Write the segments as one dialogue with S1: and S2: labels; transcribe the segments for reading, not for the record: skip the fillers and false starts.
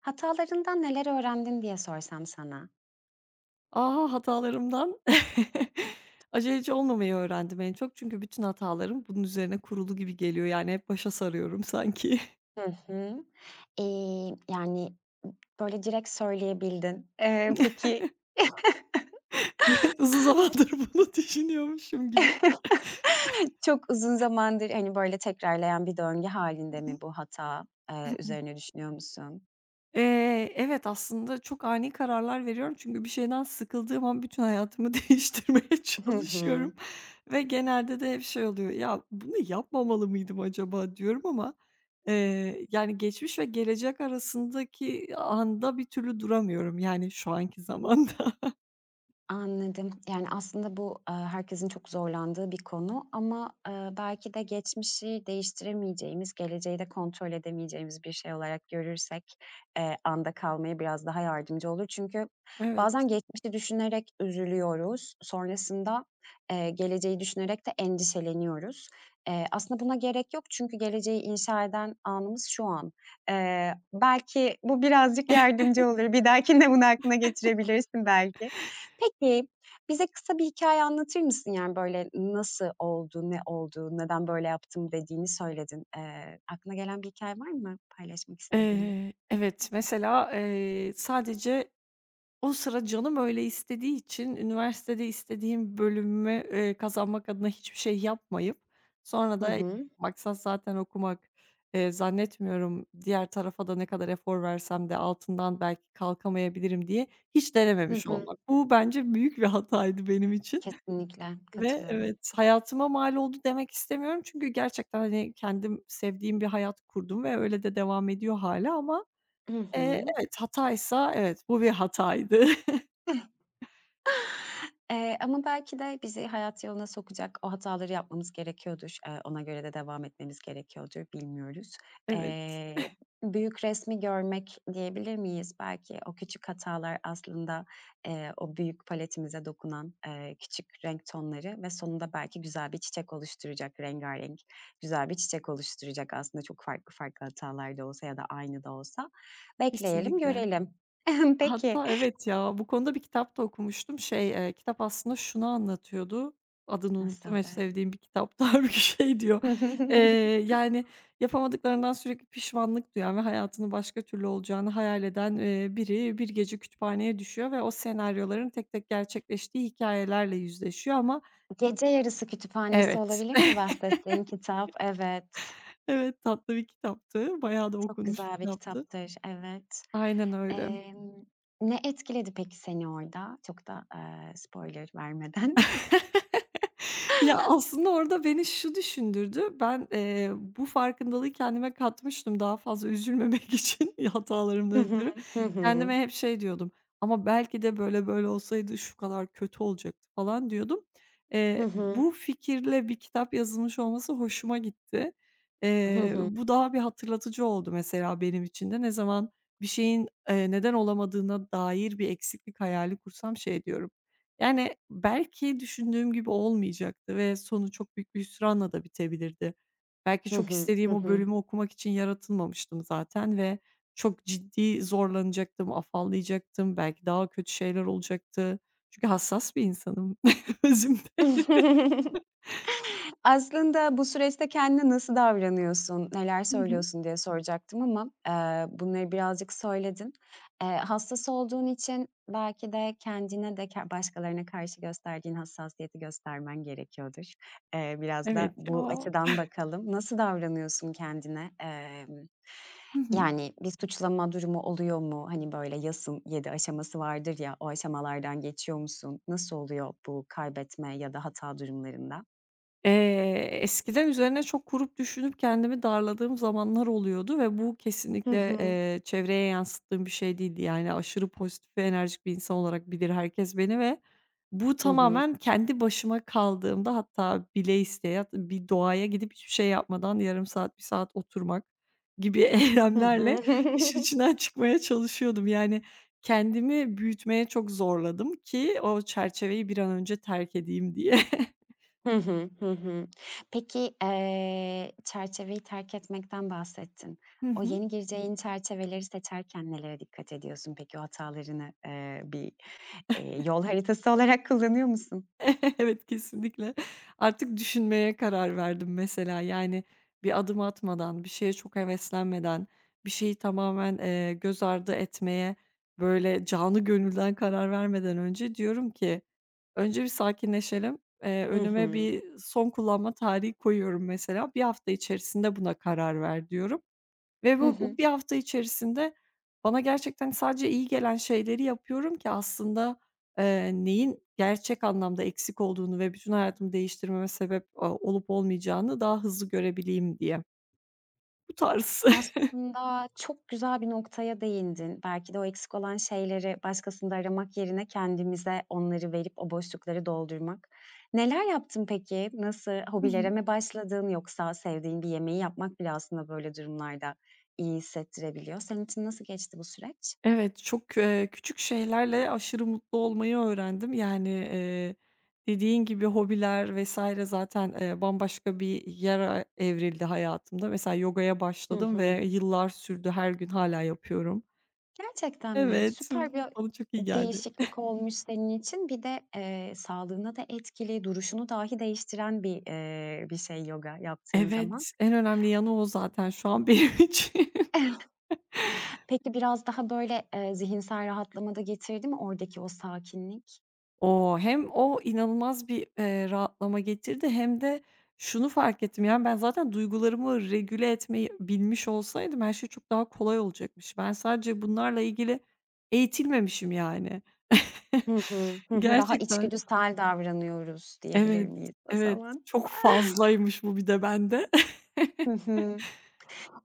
S1: Hatalarından neler öğrendin diye sorsam sana?
S2: Aha, hatalarımdan aceleci olmamayı öğrendim en çok. Çünkü bütün hatalarım bunun üzerine kurulu gibi geliyor. Yani hep başa sarıyorum sanki.
S1: Hı hı. Yani, böyle, direkt söyleyebildin. Peki
S2: Uzun zamandır bunu düşünüyormuşum gibi.
S1: çok uzun zamandır, hani, böyle, tekrarlayan bir döngü halinde mi bu hata? Üzerine düşünüyor musun?
S2: Evet, aslında çok ani kararlar veriyorum çünkü bir şeyden sıkıldığım an bütün hayatımı değiştirmeye
S1: Hı
S2: çalışıyorum
S1: hı.
S2: ve genelde de hep şey oluyor, "Ya, bunu yapmamalı mıydım acaba?" diyorum ama, yani, geçmiş ve gelecek arasındaki anda bir türlü duramıyorum, yani, şu anki zamanda.
S1: Anladım. Yani, aslında bu, herkesin çok zorlandığı bir konu ama, belki de geçmişi değiştiremeyeceğimiz, geleceği de kontrol edemeyeceğimiz bir şey olarak görürsek, anda kalmaya biraz daha yardımcı olur. Çünkü
S2: Evet.
S1: bazen geçmişi düşünerek üzülüyoruz. Sonrasında, geleceği düşünerek de endişeleniyoruz. Aslında buna gerek yok çünkü geleceği inşa eden anımız şu an. Belki bu birazcık yardımcı olur. Bir dahakine bunu aklına getirebilirsin belki. Peki, bize kısa bir hikâye anlatır mısın? Yani, böyle, nasıl oldu, ne oldu, neden böyle yaptım dediğini söyledin. Aklına gelen bir hikâye var mı paylaşmak istediğin?
S2: Evet, mesela, sadece o sıra canım öyle istediği için üniversitede istediğim bölümü, kazanmak adına hiçbir şey yapmayıp sonra
S1: Hı
S2: da
S1: hı.
S2: maksat zaten okumak. Zannetmiyorum diğer tarafa da ne kadar efor versem de altından belki kalkamayabilirim diye hiç
S1: Hı
S2: denememiş
S1: hı.
S2: olmak. Bu bence büyük bir hataydı benim için
S1: Kesinlikle
S2: ve
S1: katılıyorum.
S2: evet, hayatıma mal oldu demek istemiyorum çünkü gerçekten, hani, kendim sevdiğim bir hayat kurdum ve öyle de devam ediyor hala ama,
S1: Hı
S2: evet, hataysa evet, bu bir hataydı.
S1: hı. Ama belki de bizi hayat yoluna sokacak o hataları yapmamız gerekiyordur. Ona göre de devam etmemiz gerekiyordur, bilmiyoruz.
S2: Evet.
S1: Eee, büyük resmi görmek diyebilir miyiz? Belki o küçük hatalar aslında, o büyük paletimize dokunan, küçük renk tonları ve sonunda belki güzel bir çiçek oluşturacak, rengarenk güzel bir çiçek oluşturacak aslında çok farklı farklı hatalar da olsa ya da aynı da olsa. Bekleyelim,
S2: Kesinlikle.
S1: görelim. Peki.
S2: Hatta evet ya, bu konuda bir kitap da okumuştum. Şey, kitap aslında şunu anlatıyordu. Adını unuttum,
S1: Nasıl
S2: eş
S1: da?
S2: sevdiğim bir kitaptı. Bir şey diyor, eee, yani, yapamadıklarından sürekli pişmanlık duyan ve hayatının başka türlü olacağını hayal eden, biri bir gece kütüphaneye düşüyor ve o senaryoların tek tek gerçekleştiği hikayelerle yüzleşiyor ama
S1: Gece Yarısı Kütüphanesi
S2: evet,
S1: olabilir mi bahsettiğin kitap? Evet,
S2: evet, tatlı bir kitaptı. Bayağı da
S1: çok
S2: okunmuş bir
S1: güzel bir
S2: kitaptı.
S1: kitaptır, evet.
S2: Aynen öyle.
S1: Emm, ne etkiledi peki seni orada? Çok da, spoiler vermeden.
S2: Ya, aslında orada beni şu düşündürdü. Ben, bu farkındalığı kendime katmıştım daha fazla üzülmemek için hatalarımdan
S1: Hı hı.
S2: ötürü.
S1: Hı hı.
S2: Kendime hep şey diyordum, "Ama belki de böyle böyle olsaydı şu kadar kötü olacaktı." falan diyordum.
S1: Hı hı.
S2: Bu fikirle bir kitap yazılmış olması hoşuma gitti.
S1: Hı hı.
S2: Bu daha bir hatırlatıcı oldu mesela benim için de. Ne zaman bir şeyin, neden olamadığına dair bir eksiklik hayali kursam şey diyorum, yani, belki düşündüğüm gibi olmayacaktı ve sonu çok büyük bir hüsranla da bitebilirdi. Belki
S1: Hı
S2: çok
S1: hı. Hı
S2: istediğim o
S1: hı.
S2: bölümü okumak için yaratılmamıştım zaten ve çok ciddi zorlanacaktım, afallayacaktım, belki daha kötü şeyler olacaktı. Çünkü hassas bir insanım özümde.
S1: Aslında bu süreçte kendine nasıl davranıyorsun, neler
S2: Hı hı.
S1: söylüyorsun diye soracaktım ama, bunları birazcık söyledin. Hassas olduğun için belki de kendine de başkalarına karşı gösterdiğin hassasiyeti göstermen gerekiyordur. Biraz da
S2: Evet
S1: bu
S2: ya.
S1: açıdan bakalım. Nasıl davranıyorsun kendine? Emm,
S2: Hı hı.
S1: yani, bir suçlama durumu oluyor mu? Hani, böyle, yasın 7 aşaması vardır ya, o aşamalardan geçiyor musun? Nasıl oluyor bu kaybetme ya da hata durumlarında?
S2: Eskiden üzerine çok kurup düşünüp kendimi darladığım zamanlar oluyordu ve bu
S1: Hı
S2: kesinlikle,
S1: hı.
S2: çevreye yansıttığım bir şey değildi. Yani, aşırı pozitif ve enerjik bir insan olarak bilir herkes beni ve bu
S1: Hı hı.
S2: tamamen kendi başıma kaldığımda hatta bile isteye hat bir doğaya gidip hiçbir şey yapmadan yarım saat, bir saat oturmak gibi
S1: Hı hı.
S2: eylemlerle işin içinden çıkmaya çalışıyordum. Yani, kendimi büyütmeye çok zorladım ki o çerçeveyi bir an önce terk edeyim diye.
S1: Hı hı. Hı hı. Peki, çerçeveyi terk etmekten bahsettin.
S2: Hı
S1: O
S2: hı.
S1: yeni gireceğin çerçeveleri seçerken nelere dikkat ediyorsun peki? O hatalarını, bir, yol haritası olarak kullanıyor musun?
S2: Evet, kesinlikle. Artık düşünmeye karar verdim mesela. Yani bir adım atmadan, bir şeye çok heveslenmeden, bir şeyi tamamen, göz ardı etmeye, böyle, canı gönülden karar vermeden önce diyorum ki, "Önce bir sakinleşelim."
S1: Hı
S2: Önüme
S1: hı.
S2: bir son kullanma tarihi koyuyorum mesela. Bir hafta içerisinde buna karar ver." diyorum. Ve
S1: Hı
S2: bu
S1: hı.
S2: bir hafta içerisinde bana gerçekten sadece iyi gelen şeyleri yapıyorum ki aslında, neyin gerçek anlamda eksik olduğunu ve bütün hayatımı değiştirmeme sebep, olup olmayacağını daha hızlı görebileyim diye. Bu tarz.
S1: Aslında çok güzel bir noktaya değindin. Belki de o eksik olan şeyleri başkasında aramak yerine kendimize onları verip o boşlukları doldurmak. Neler yaptın peki? Nasıl,
S2: Hı
S1: hobilere
S2: hı.
S1: mi başladın yoksa sevdiğin bir yemeği yapmak bile aslında böyle durumlarda iyi hissettirebiliyor. Senin için nasıl geçti bu süreç?
S2: Evet, çok, küçük şeylerle aşırı mutlu olmayı öğrendim. Yani, dediğin gibi hobiler vs. zaten, bambaşka bir yere evrildi hayatımda. Mesela yogaya
S1: Hı
S2: başladım
S1: hı.
S2: ve yıllar sürdü. Her gün hâlâ yapıyorum.
S1: Gerçekten mi?
S2: Evet,
S1: Süper
S2: bu
S1: bir
S2: bana çok iyi geldi.
S1: değişiklik olmuş senin için. Bir de, sağlığına da etkili, duruşunu dahi değiştiren bir şey yoga yaptığın zaman.
S2: Evet, en önemli yanı o zaten şu an benim için.
S1: Peki biraz daha böyle, zihinsel rahatlama da getirdi mi oradaki o sakinlik?
S2: O hem o inanılmaz bir, rahatlama getirdi hem de şunu fark ettim, yani, ben zaten duygularımı regüle etmeyi bilmiş olsaydım her şey çok daha kolay olacakmış. Ben sadece bunlarla ilgili eğitilmemişim yani.
S1: Hı hı. Hı hı. Daha
S2: Gerçekten.
S1: içgüdüsel davranıyoruz diyebilir
S2: Evet,
S1: miyiz o
S2: evet.
S1: zaman?
S2: Çok fazlaymış bu bir de bende.
S1: Hı hı.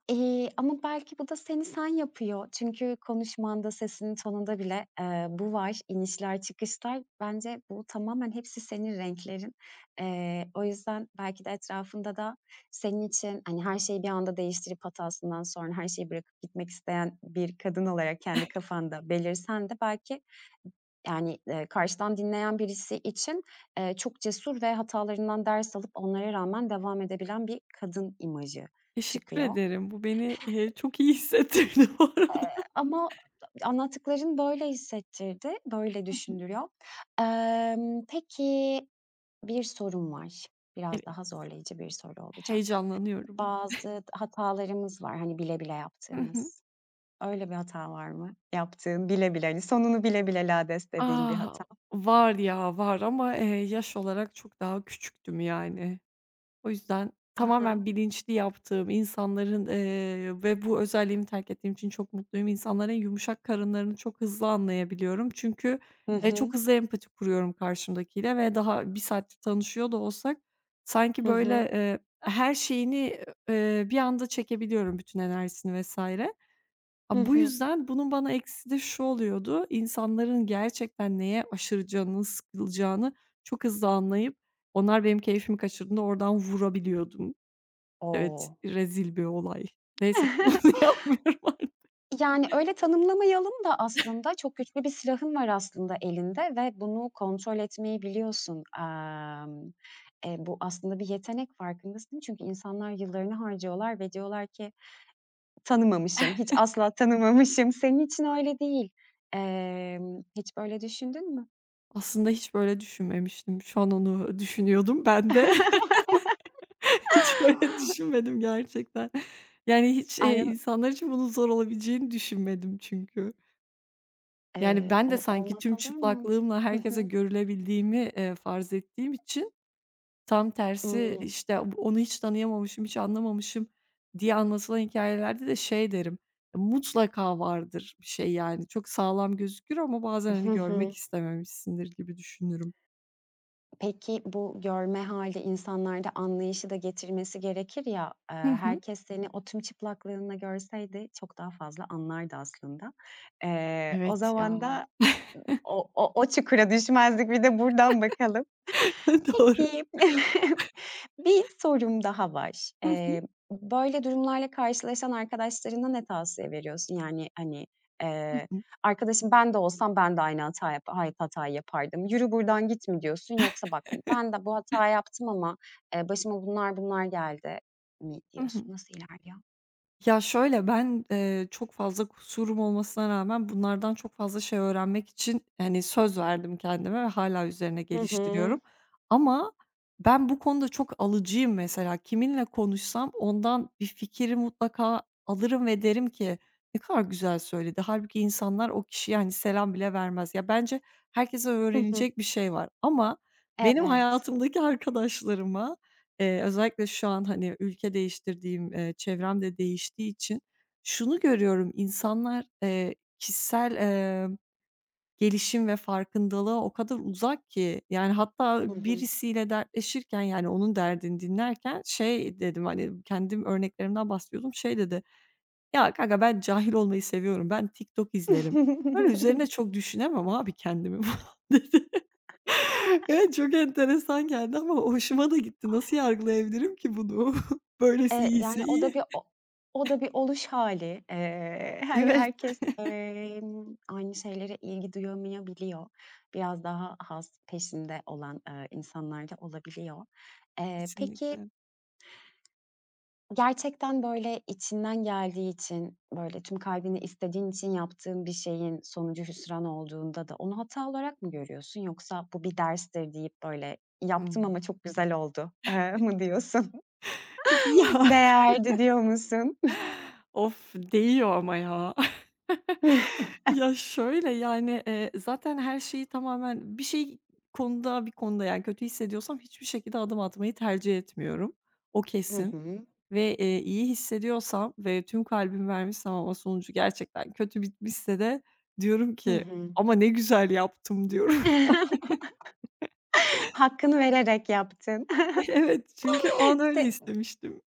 S1: Ama belki bu da seni sen yapıyor. Çünkü konuşmanda, sesinin tonunda bile, bu var. İnişler, çıkışlar. Bence bu tamamen hepsi senin renklerin. O yüzden belki de etrafında da senin için, hani, her şeyi bir anda değiştirip hatasından sonra her şeyi bırakıp gitmek isteyen bir kadın olarak kendi kafanda belirsen de belki, yani, karşıdan dinleyen birisi için, çok cesur ve hatalarından ders alıp onlara rağmen devam edebilen bir kadın imajı
S2: Teşekkür
S1: çıkıyor.
S2: ederim. Bu beni, çok iyi hissettirdi bu arada.
S1: Ama anlattıkların böyle hissettirdi, böyle düşündürüyor. Peki, bir sorum var. Biraz
S2: Evet,
S1: daha zorlayıcı bir soru olacak.
S2: heyecanlanıyorum.
S1: Bazı hatalarımız var, hani, bile bile
S2: Hı hı.
S1: yaptığımız. Öyle bir hata var mı? Yaptığın, bile bile, hani, sonunu bile bile lades dediğin bir
S2: Ah,
S1: hata.
S2: var ya, var ama, yaş olarak çok daha küçüktüm yani. O yüzden
S1: I
S2: tamamen
S1: hı.
S2: bilinçli yaptığım, insanların, ve bu özelliğimi terk ettiğim için çok mutluyum. İnsanların yumuşak karınlarını çok hızlı anlayabiliyorum. Çünkü,
S1: Hı
S2: çok
S1: hı.
S2: hızlı empati kuruyorum karşımdakiyle ve daha bir saattir tanışıyor da olsak sanki
S1: Hı
S2: böyle,
S1: hı.
S2: her şeyini, bir anda çekebiliyorum bütün enerjisini vs.
S1: Hı
S2: A, bu
S1: hı.
S2: yüzden bunun bana eksisi de şu oluyordu, insanların gerçekten neye aşırı canının sıkılacağını çok hızlı anlayıp onlar benim keyfimi kaçırdığında oradan vurabiliyordum. Evet,
S1: O!
S2: rezil bir olay. Neyse ki onu yapmıyorum artık.
S1: Yani, öyle tanımlamayalım da aslında çok güçlü bir silahın var aslında elinde ve bunu kontrol etmeyi biliyorsun. Bu aslında bir yetenek, farkındasın. Çünkü insanlar yıllarını harcıyorlar ve diyorlar ki tanımamışım, hiç asla tanımamışım. Senin için öyle değil. Hiç böyle düşündün mü?
S2: Aslında hiç böyle düşünmemiştim. Şu an onu düşünüyordum ben de. Hiç böyle düşünmedim gerçekten. Yani hiç,
S1: Aynen,
S2: insanlar için bunun zor olabileceğini düşünmedim çünkü. Yani ben de
S1: ol
S2: sanki
S1: olmaz
S2: tüm
S1: olur mu?
S2: çıplaklığımla
S1: Hı
S2: herkese
S1: hı.
S2: görülebildiğimi, farz ettiğim için tam tersi,
S1: Imm.
S2: işte, onu hiç tanıyamamışım, hiç anlamamışım diye anlatılan hikâyelerde de şey derim, mutlaka vardır bir şey yani. Çok sağlam gözükür ama bazen,
S1: Hı
S2: hani, görmek
S1: hı.
S2: istememişsindir gibi düşünürüm.
S1: Peki, bu görme hali insanlarda anlayışı da getirmesi gerekir ya,
S2: Hı hı.
S1: herkes seni o tüm çıplaklığınla görseydi çok daha fazla anlardı aslında. O
S2: Evet
S1: zaman
S2: ya.
S1: da o çukura düşmezdik. Bir de buradan bakalım.
S2: Doğru.
S1: Peki. Bir sorum daha var.
S2: Hı hı.
S1: Böyle durumlarla karşılaşan arkadaşlarına ne tavsiye veriyorsun? Yani, hani,
S2: Hı
S1: eee,
S2: hı.
S1: "Arkadaşım ben de olsam ben de aynı hatayı yapardım. Yürü buradan git." mi diyorsun yoksa "Bak, hani, ben de bu hata yaptım ama, başıma bunlar geldi." mi
S2: Hı hı.
S1: diyorsun? Nasıl ilerliyor?
S2: Ya, şöyle, ben, çok fazla kusurum olmasına rağmen bunlardan çok fazla şey öğrenmek için, hani, söz verdim kendime ve hala üzerine
S1: Hı hı.
S2: geliştiriyorum. Ama ben bu konuda çok alıcıyım mesela. Kiminle konuşsam ondan bir fikri mutlaka alırım ve derim ki, "Ne kadar güzel söyledi." Halbuki insanlar o kişiye, hani, selam bile vermez. Ya, bence herkese
S1: Hı hı.
S2: öğrenecek bir şey var ama benim
S1: Evet.
S2: hayatımdaki arkadaşlarıma özellikle şu an, hani, ülke değiştirdiğim, çevrem de değiştiği için şunu görüyorum, insanlar, kişisel, gelişim ve farkındalığa o kadar uzak ki, yani, hatta
S1: Hı hı.
S2: birisiyle dertleşirken, yani, onun derdini dinlerken şey dedim, hani, kendim örneklerimden bahsediyordum, şey dedi, "Ya, kanka ben cahil olmayı seviyorum, ben TikTok izlerim." Böyle üzerine çok düşünemem abi kendimi falan. Evet, çok enteresan geldi ama hoşuma da gitti. Nasıl yargılayabilirim ki bunu? Böylesi
S1: Yani,
S2: iyiyse iyi.
S1: o da bir oluş hâli. Eee, her
S2: Evet.
S1: herkes, aynı şeylere ilgi duyamayabiliyor. Biraz daha peşinde olan, insanlar da olabiliyor. Peki,
S2: Kesinlikle.
S1: gerçekten böyle içinden geldiği için, böyle tüm kalbinle istediğin için yaptığın bir şeyin sonucu hüsran olduğunda da onu hata olarak mı görüyorsun yoksa bu bir derstir deyip böyle "Yaptım
S2: Hımm.
S1: ama çok güzel oldu." Mı diyorsun?
S2: Ya,
S1: "Değerdi." diyor musun?
S2: of, değiyor ama ya. Ya, şöyle, yani, zaten her şeyi tamamen bir şey konuda bir konuda, yani, kötü hissediyorsam hiçbir şekilde adım atmayı tercih etmiyorum. O
S1: Hı
S2: kesin.
S1: hı.
S2: Ve, iyi hissediyorsam ve tüm kalbimi vermişsem ama sonucu gerçekten kötü bitmişse de diyorum
S1: Hı
S2: ki,
S1: hı.
S2: "Ama ne güzel yaptım." diyorum.
S1: Hakkını vererek yaptın.
S2: Evet, çünkü o an öyle
S1: İşte,
S2: istemiştim.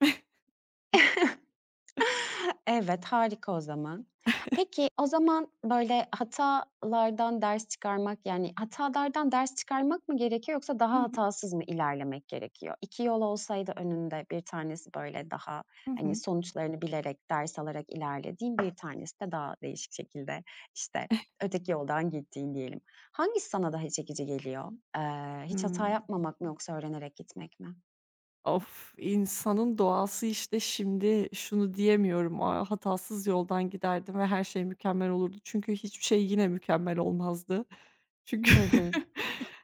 S1: evet, harika o zaman. Peki, o zaman, böyle, hatalardan ders çıkarmak, yani, hatalardan ders çıkarmak mı gerekiyor yoksa
S2: Hı
S1: daha
S2: hı.
S1: hatasız mı ilerlemek gerekiyor? 2 yol olsaydı önünde bir tanesi, böyle, daha,
S2: Hı
S1: hani,
S2: hı.
S1: sonuçlarını bilerek, ders alarak ilerlediğin, bir tanesi de daha değişik şekilde, işte, öteki yoldan gittiğin diyelim. Hangisi sana daha çekici geliyor? Hiç hata
S2: Hıı.
S1: yapmamak mı yoksa öğrenerek gitmek mi?
S2: Of, insanın doğası işte, şimdi şunu diyemiyorum, "A, hatasız yoldan giderdim ve her şey mükemmel olurdu." Çünkü hiçbir şey yine mükemmel olmazdı. Çünkü
S1: Hı hı.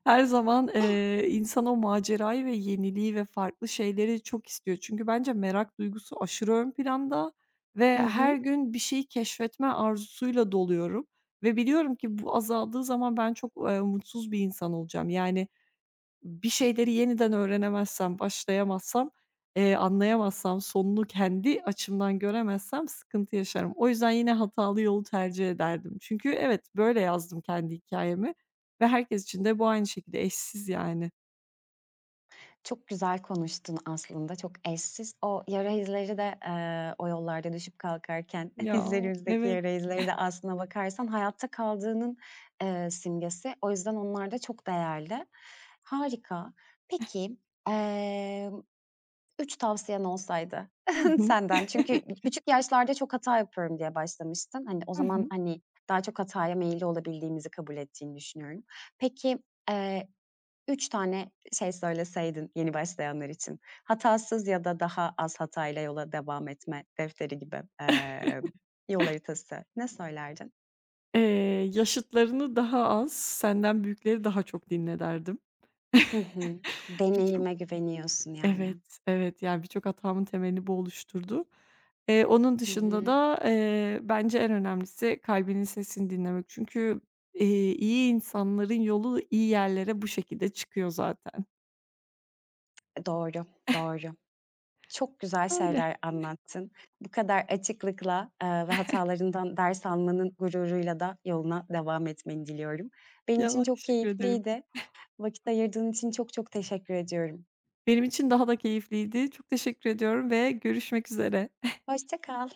S2: her zaman, insan o macerayı ve yeniliği ve farklı şeyleri çok istiyor. Çünkü bence merak duygusu aşırı ön planda ve
S1: Hı
S2: her
S1: hı.
S2: gün bir şeyi keşfetme arzusuyla doluyorum ve biliyorum ki bu azaldığı zaman ben çok, mutsuz bir insan olacağım. Yani bir şeyleri yeniden öğrenemezsem, başlayamazsam, anlayamazsam, sonunu kendi açımdan göremezsem sıkıntı yaşarım. O yüzden yine hatalı yolu tercih ederdim. Çünkü evet, böyle yazdım kendi hikâyemi ve herkes için de bu aynı şekilde eşsiz yani.
S1: Çok güzel konuştun aslında, çok eşsiz. O yara izleri de, o yollarda düşüp kalkarken
S2: Ya,
S1: dizlerimizdeki
S2: evet.
S1: yara izleri de aslına bakarsan hayatta kaldığının, simgesi. O yüzden onlar da çok değerli. Harika. Peki, emm, 3 tavsiyen olsaydı
S2: Hı hı.
S1: senden çünkü küçük yaşlarda çok hata yapıyorum diye başlamıştın. Hani, o
S2: Hı
S1: zaman,
S2: hı.
S1: hani, daha çok hataya meyilli olabildiğimizi kabul ettiğini düşünüyorum. Peki, üç tane şey söyleseydin yeni başlayanlar için, hatasız ya da daha az hatayla yola devam etme defteri gibi, yol haritası, ne söylerdin?
S2: Yaşıtlarını daha az, senden büyükleri daha çok dinle derdim.
S1: Hı hı. Deneyime güveniyorsun
S2: Evet,
S1: yani.
S2: evet. Yani, birçok hatamın temelini bu oluşturdu. Onun
S1: Hı
S2: dışında
S1: hı.
S2: da, bence en önemlisi kalbinin sesini dinlemek. Çünkü, iyi insanların yolu iyi yerlere bu şekilde çıkıyor zaten.
S1: Doğru, doğru. Çok güzel
S2: Öyle.
S1: şeyler anlattın. Bu kadar açıklıkla, ve hatalarından ders almanın gururuyla da yoluna devam etmeni diliyorum. Benim için
S2: Ya,
S1: çok
S2: teşekkür ederim.
S1: keyifliydi. Vakit ayırdığın için çok çok teşekkür ediyorum.
S2: Benim için daha da keyifliydi. Çok teşekkür ediyorum ve görüşmek üzere.
S1: Hoşça kal.